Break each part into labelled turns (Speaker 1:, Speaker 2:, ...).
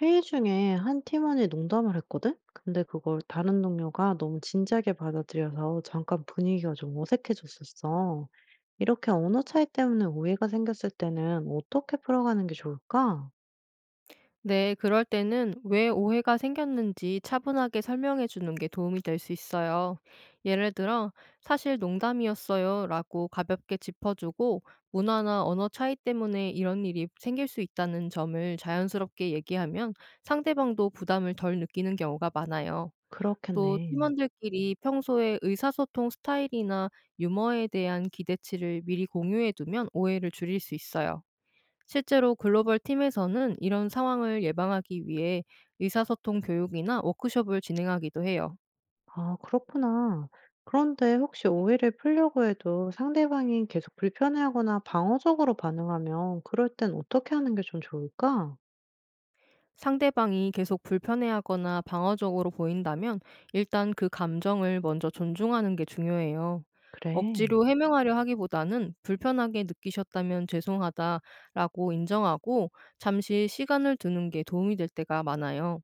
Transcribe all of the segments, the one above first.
Speaker 1: 회의 중에 한 팀원이 농담을 했거든? 근데 그걸 다른 동료가 너무 진지하게 받아들여서 잠깐 분위기가 좀 어색해졌었어. 이렇게 언어 차이 때문에 오해가 생겼을 때는 어떻게 풀어가는 게 좋을까?
Speaker 2: 네, 그럴 때는 왜 오해가 생겼는지 차분하게 설명해 주는 게 도움이 될 수 있어요. 예를 들어, 사실 농담이었어요 라고 가볍게 짚어주고, 문화나 언어 차이 때문에 이런 일이 생길 수 있다는 점을 자연스럽게 얘기하면 상대방도 부담을 덜 느끼는 경우가 많아요. 또
Speaker 1: 그렇겠네.
Speaker 2: 팀원들끼리 평소에 의사소통 스타일이나 유머에 대한 기대치를 미리 공유해 두면 오해를 줄일 수 있어요. 실제로 글로벌 팀에서는 이런 상황을 예방하기 위해 의사소통 교육이나 워크숍을 진행하기도 해요.
Speaker 1: 아, 그렇구나. 그런데 혹시 오해를 풀려고 해도 상대방이 계속 불편해하거나 방어적으로 반응하면 그럴 땐 어떻게 하는 게 좀 좋을까?
Speaker 2: 상대방이 계속 불편해하거나 방어적으로 보인다면 일단 그 감정을 먼저 존중하는 게 중요해요.
Speaker 1: 그래,
Speaker 2: 억지로 해명하려 하기보다는 불편하게 느끼셨다면 죄송하다라고 인정하고 잠시 시간을 두는 게 도움이 될 때가 많아요.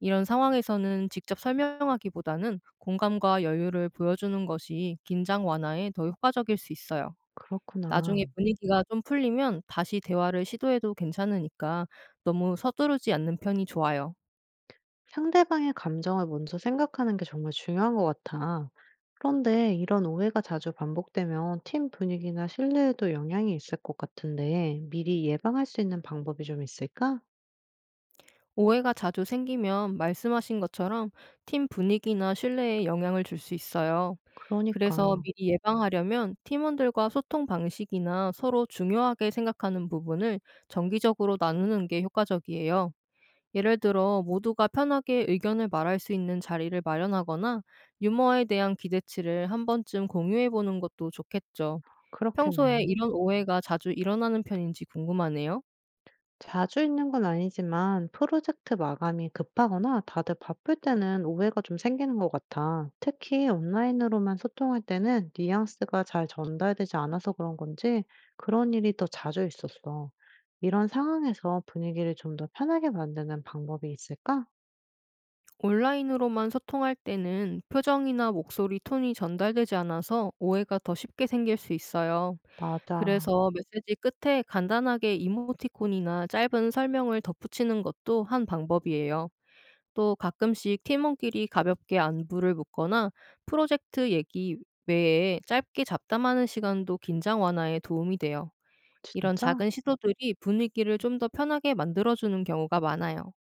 Speaker 2: 이런 상황에서는 직접 설명하기보다는 공감과 여유를 보여주는 것이 긴장 완화에 더 효과적일 수 있어요.
Speaker 1: 그렇구나.
Speaker 2: 나중에 분위기가 좀 풀리면 다시 대화를 시도해도 괜찮으니까 너무 서두르지 않는 편이 좋아요.
Speaker 1: 상대방의 감정을 먼저 생각하는 게 정말 중요한 것 같아. 그런데 이런 오해가 자주 반복되면 팀 분위기나 신뢰에도 영향이 있을 것 같은데 미리 예방할 수 있는 방법이 좀 있을까?
Speaker 2: 오해가 자주 생기면 말씀하신 것처럼 팀 분위기나 신뢰에 영향을 줄 수 있어요. 그래서
Speaker 1: 그러니까
Speaker 2: 미리 예방하려면 팀원들과 소통 방식이나 서로 중요하게 생각하는 부분을 정기적으로 나누는 게 효과적이에요. 예를 들어 모두가 편하게 의견을 말할 수 있는 자리를 마련하거나 유머에 대한 기대치를 한 번쯤 공유해 보는 것도 좋겠죠. 평소에
Speaker 1: 그렇겠네.
Speaker 2: 이런 오해가 자주 일어나는 편인지 궁금하네요.
Speaker 1: 자주 있는 건 아니지만 프로젝트 마감이 급하거나 다들 바쁠 때는 오해가 좀 생기는 것 같아. 특히 온라인으로만 소통할 때는 뉘앙스가 잘 전달되지 않아서 그런 건지 그런 일이 더 자주 있었어. 이런 상황에서 분위기를 좀 더 편하게 만드는 방법이 있을까?
Speaker 2: 온라인으로만 소통할 때는 표정이나 목소리 톤이 전달되지 않아서 오해가 더 쉽게 생길 수 있어요.
Speaker 1: 맞아.
Speaker 2: 그래서 메시지 끝에 간단하게 이모티콘이나 짧은 설명을 덧붙이는 것도 한 방법이에요. 또 가끔씩 팀원끼리 가볍게 안부를 묻거나 프로젝트 얘기 외에 짧게 잡담하는 시간도 긴장 완화에 도움이 돼요. 이런 작은
Speaker 1: 진짜?
Speaker 2: 시도들이 분위기를 좀 더 편하게 만들어주는 경우가 많아요.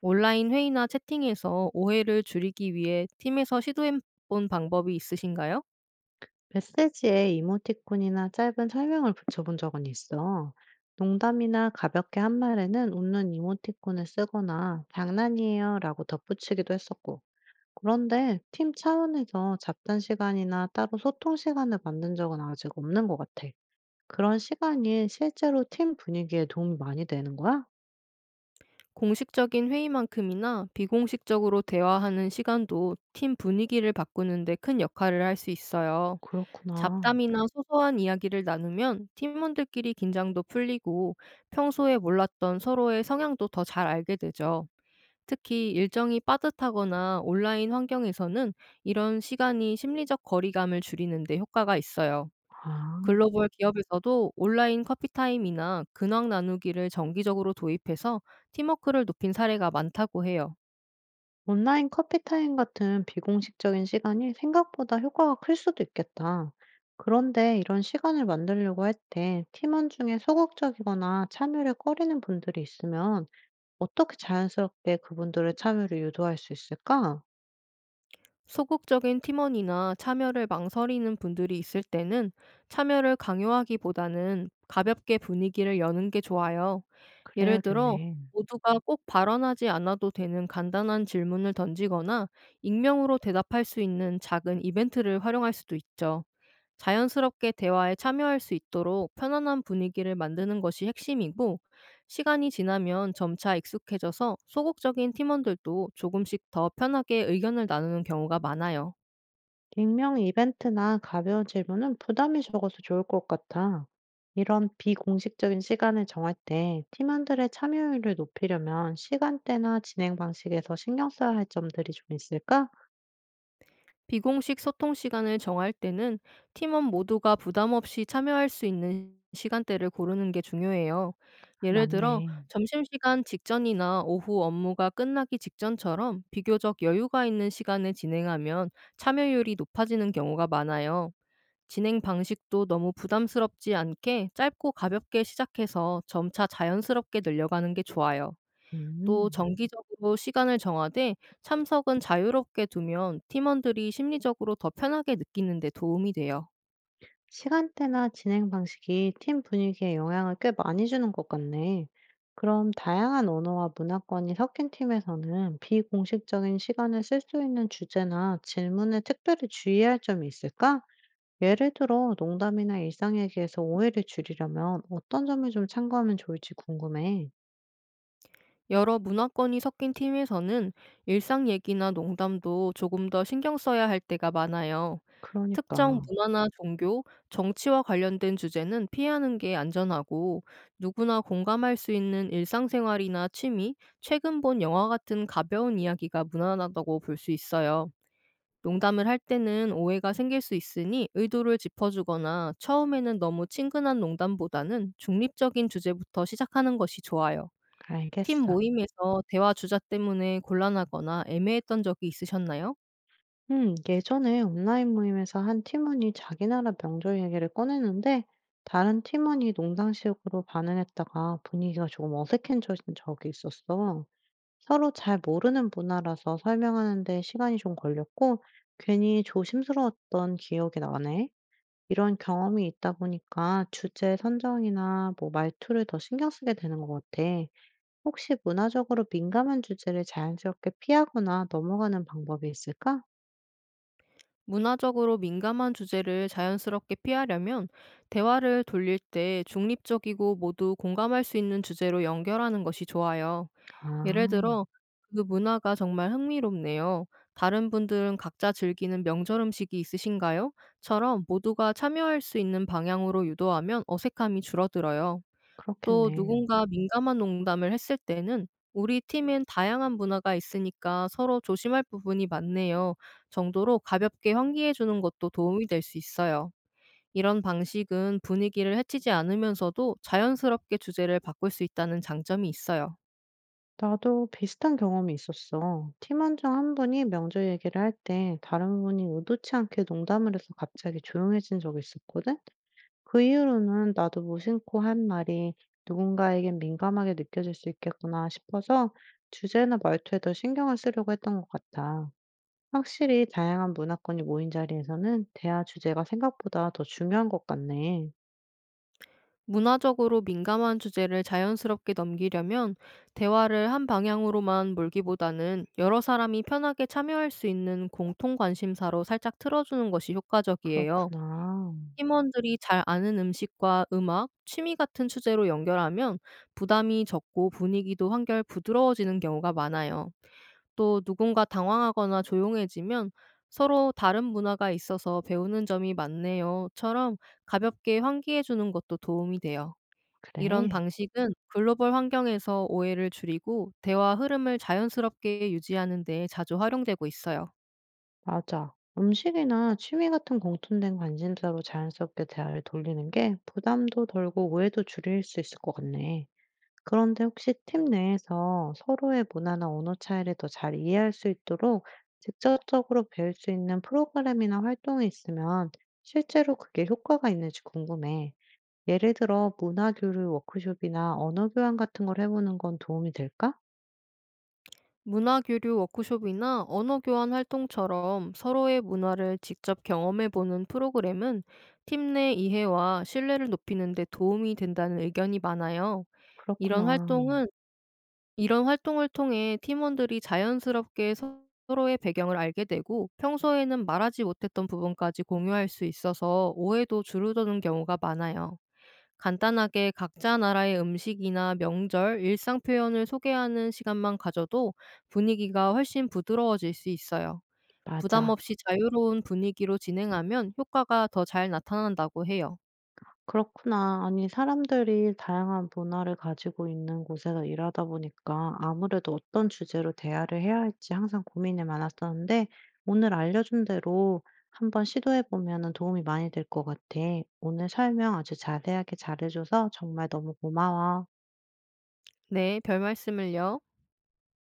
Speaker 2: 온라인 회의나 채팅에서 오해를 줄이기 위해 팀에서 시도해본 방법이 있으신가요?
Speaker 1: 메시지에 이모티콘이나 짧은 설명을 붙여본 적은 있어. 농담이나 가볍게 한 말에는 웃는 이모티콘을 쓰거나 장난이에요 라고 덧붙이기도 했었고. 그런데 팀 차원에서 잡단 시간이나 따로 소통 시간을 만든 적은 아직 없는 것 같아. 그런 시간이 실제로 팀 분위기에 도움이 많이 되는 거야?
Speaker 2: 공식적인 회의만큼이나 비공식적으로 대화하는 시간도 팀 분위기를 바꾸는데 큰 역할을 할 수 있어요.
Speaker 1: 그렇구나.
Speaker 2: 잡담이나 소소한 이야기를 나누면 팀원들끼리 긴장도 풀리고 평소에 몰랐던 서로의 성향도 더 잘 알게 되죠. 특히 일정이 빠듯하거나 온라인 환경에서는 이런 시간이 심리적 거리감을 줄이는데 효과가 있어요.
Speaker 1: 아.
Speaker 2: 글로벌 기업에서도 온라인 커피타임이나 근황 나누기를 정기적으로 도입해서 팀워크를 높인 사례가 많다고 해요.
Speaker 1: 온라인 커피 타임 같은 비공식적인 시간이 생각보다 효과가 클 수도 있겠다. 그런데 이런 시간을 만들려고 할 때 팀원 중에 소극적이거나 참여를 꺼리는 분들이 있으면 어떻게 자연스럽게 그분들의 참여를 유도할 수 있을까?
Speaker 2: 소극적인 팀원이나 참여를 망설이는 분들이 있을 때는 참여를 강요하기보다는 가볍게 분위기를 여는 게 좋아요. 예를 들어,
Speaker 1: 그래야겠네.
Speaker 2: 모두가 꼭 발언하지 않아도 되는 간단한 질문을 던지거나 익명으로 대답할 수 있는 작은 이벤트를 활용할 수도 있죠. 자연스럽게 대화에 참여할 수 있도록 편안한 분위기를 만드는 것이 핵심이고, 시간이 지나면 점차 익숙해져서 소극적인 팀원들도 조금씩 더 편하게 의견을 나누는 경우가 많아요.
Speaker 1: 익명 이벤트나 가벼운 질문은 부담이 적어서 좋을 것 같아. 이런 비공식적인 시간을 정할 때 팀원들의 참여율을 높이려면 시간대나 진행 방식에서 신경 써야 할 점들이 좀 있을까?
Speaker 2: 비공식 소통 시간을 정할 때는 팀원 모두가 부담 없이 참여할 수 있는 시간대를 고르는 게 중요해요. 예를
Speaker 1: 맞네.
Speaker 2: 들어, 점심시간 직전이나 오후 업무가 끝나기 직전처럼 비교적 여유가 있는 시간에 진행하면 참여율이 높아지는 경우가 많아요. 진행 방식도 너무 부담스럽지 않게 짧고 가볍게 시작해서 점차 자연스럽게 늘려가는 게 좋아요. 또
Speaker 1: 음.
Speaker 2: 정기적으로 시간을 정하되 참석은 자유롭게 두면 팀원들이 심리적으로 더 편하게 느끼는 데 도움이 돼요.
Speaker 1: 시간대나 진행 방식이 팀 분위기에 영향을 꽤 많이 주는 것 같네. 그럼 다양한 언어와 문화권이 섞인 팀에서는 비공식적인 시간을 쓸 수 있는 주제나 질문에 특별히 주의할 점이 있을까? 예를 들어, 농담이나 일상 얘기에서 오해를 줄이려면 어떤 점을 좀 참고하면 좋을지 궁금해.
Speaker 2: 여러 문화권이 섞인 팀에서는 일상 얘기나 농담도 조금 더 신경 써야 할 때가 많아요. 특정
Speaker 1: 그러니까,
Speaker 2: 문화나 종교, 정치와 관련된 주제는 피하는 게 안전하고 누구나 공감할 수 있는 일상생활이나 취미, 최근 본 영화 같은 가벼운 이야기가 무난하다고 볼 수 있어요. 농담을 할 때는 오해가 생길 수 있으니 의도를 짚어주거나 처음에는 너무 친근한 농담보다는 중립적인 주제부터 시작하는 것이 좋아요. 팀
Speaker 1: 알겠어.
Speaker 2: 모임에서 대화 주자 때문에 곤란하거나 애매했던 적이 있으셨나요?
Speaker 1: 예전에 온라인 모임에서 한 팀원이 자기 나라 명절 얘기를 꺼내는데 다른 팀원이 농담식으로 반응했다가 분위기가 조금 어색해진 적이 있었어. 서로 잘 모르는 문화라서 설명하는데 시간이 좀 걸렸고 괜히 조심스러웠던 기억이 나네. 이런 경험이 있다 보니까 주제 선정이나 뭐 말투를 더 신경 쓰게 되는 것 같아. 혹시 문화적으로 민감한 주제를 자연스럽게 피하거나 넘어가는 방법이 있을까?
Speaker 2: 문화적으로 민감한 주제를 자연스럽게 피하려면 대화를 돌릴 때 중립적이고 모두 공감할 수 있는 주제로 연결하는 것이 좋아요. 예를
Speaker 1: 아.
Speaker 2: 들어, 그 문화가 정말 흥미롭네요. 다른 분들은 각자 즐기는 명절 음식이 있으신가요? 처럼 모두가 참여할 수 있는 방향으로 유도하면 어색함이 줄어들어요. 또
Speaker 1: 그렇겠네.
Speaker 2: 누군가 민감한 농담을 했을 때는 "우리 팀엔 다양한 문화가 있으니까 서로 조심할 부분이 많네요." 정도로 가볍게 환기해 주는 것도 도움이 될 수 있어요. 이런 방식은 분위기를 해치지 않으면서도 자연스럽게 주제를 바꿀 수 있다는 장점이 있어요.
Speaker 1: 나도 비슷한 경험이 있었어. 팀원 중 한 분이 명절 얘기를 할 때 다른 분이 의도치 않게 농담을 해서 갑자기 조용해진 적이 있었거든? 그 이후로는 나도 무심코 한 말이 누군가에겐 민감하게 느껴질 수 있겠구나 싶어서 주제나 말투에 더 신경을 쓰려고 했던 것 같아. 확실히 다양한 문화권이 모인 자리에서는 대화 주제가 생각보다 더 중요한 것 같네.
Speaker 2: 문화적으로 민감한 주제를 자연스럽게 넘기려면 대화를 한 방향으로만 몰기보다는 여러 사람이 편하게 참여할 수 있는 공통 관심사로 살짝 틀어주는 것이 효과적이에요.
Speaker 1: 그렇구나.
Speaker 2: 팀원들이 잘 아는 음식과 음악, 취미 같은 주제로 연결하면 부담이 적고 분위기도 한결 부드러워지는 경우가 많아요. 또 누군가 당황하거나 조용해지면 서로 다른 문화가 있어서 배우는 점이 많네요.처럼 가볍게 환기해 주는 것도 도움이 돼요. 이런
Speaker 1: 그래.
Speaker 2: 방식은 글로벌 환경에서 오해를 줄이고 대화 흐름을 자연스럽게 유지하는 데 자주 활용되고 있어요.
Speaker 1: 맞아. 음식이나 취미 같은 공통된 관심사로 자연스럽게 대화를 돌리는 게 부담도 덜고 오해도 줄일 수 있을 것 같네. 그런데 혹시 팀 내에서 서로의 문화나 언어 차이를 더 잘 이해할 수 있도록 직접적으로 배울 수 있는 프로그램이나 활동이 있으면 실제로 그게 효과가 있는지 궁금해. 예를 들어 문화 교류 워크숍이나 언어 교환 같은 걸 해보는 건 도움이 될까?
Speaker 2: 문화교류 워크숍이나 언어교환 활동처럼 서로의 문화를 직접 경험해보는 프로그램은 팀 내 이해와 신뢰를 높이는 데 도움이 된다는 의견이 많아요. 이런
Speaker 1: 그렇구나.
Speaker 2: 활동은, 이런 활동을 통해 팀원들이 자연스럽게 서로의 배경을 알게 되고 평소에는 말하지 못했던 부분까지 공유할 수 있어서 오해도 줄어드는 경우가 많아요. 간단하게 각자 나라의 음식이나 명절, 일상 표현을 소개하는 시간만 가져도 분위기가 훨씬 부드러워질 수 있어요. 부담
Speaker 1: 맞아.
Speaker 2: 없이 자유로운 분위기로 진행하면 효과가 더 잘 나타난다고 해요.
Speaker 1: 그렇구나. 아니 사람들이 다양한 문화를 가지고 있는 곳에서 일하다 보니까 아무래도 어떤 주제로 대화를 해야 할지 항상 고민이 많았었는데 오늘 알려준 대로 한번 시도해 보면 도움이 많이 될 것 같아. 오늘 설명 아주 자세하게 잘해줘서 정말 너무 고마워.
Speaker 2: 네, 별 말씀을요.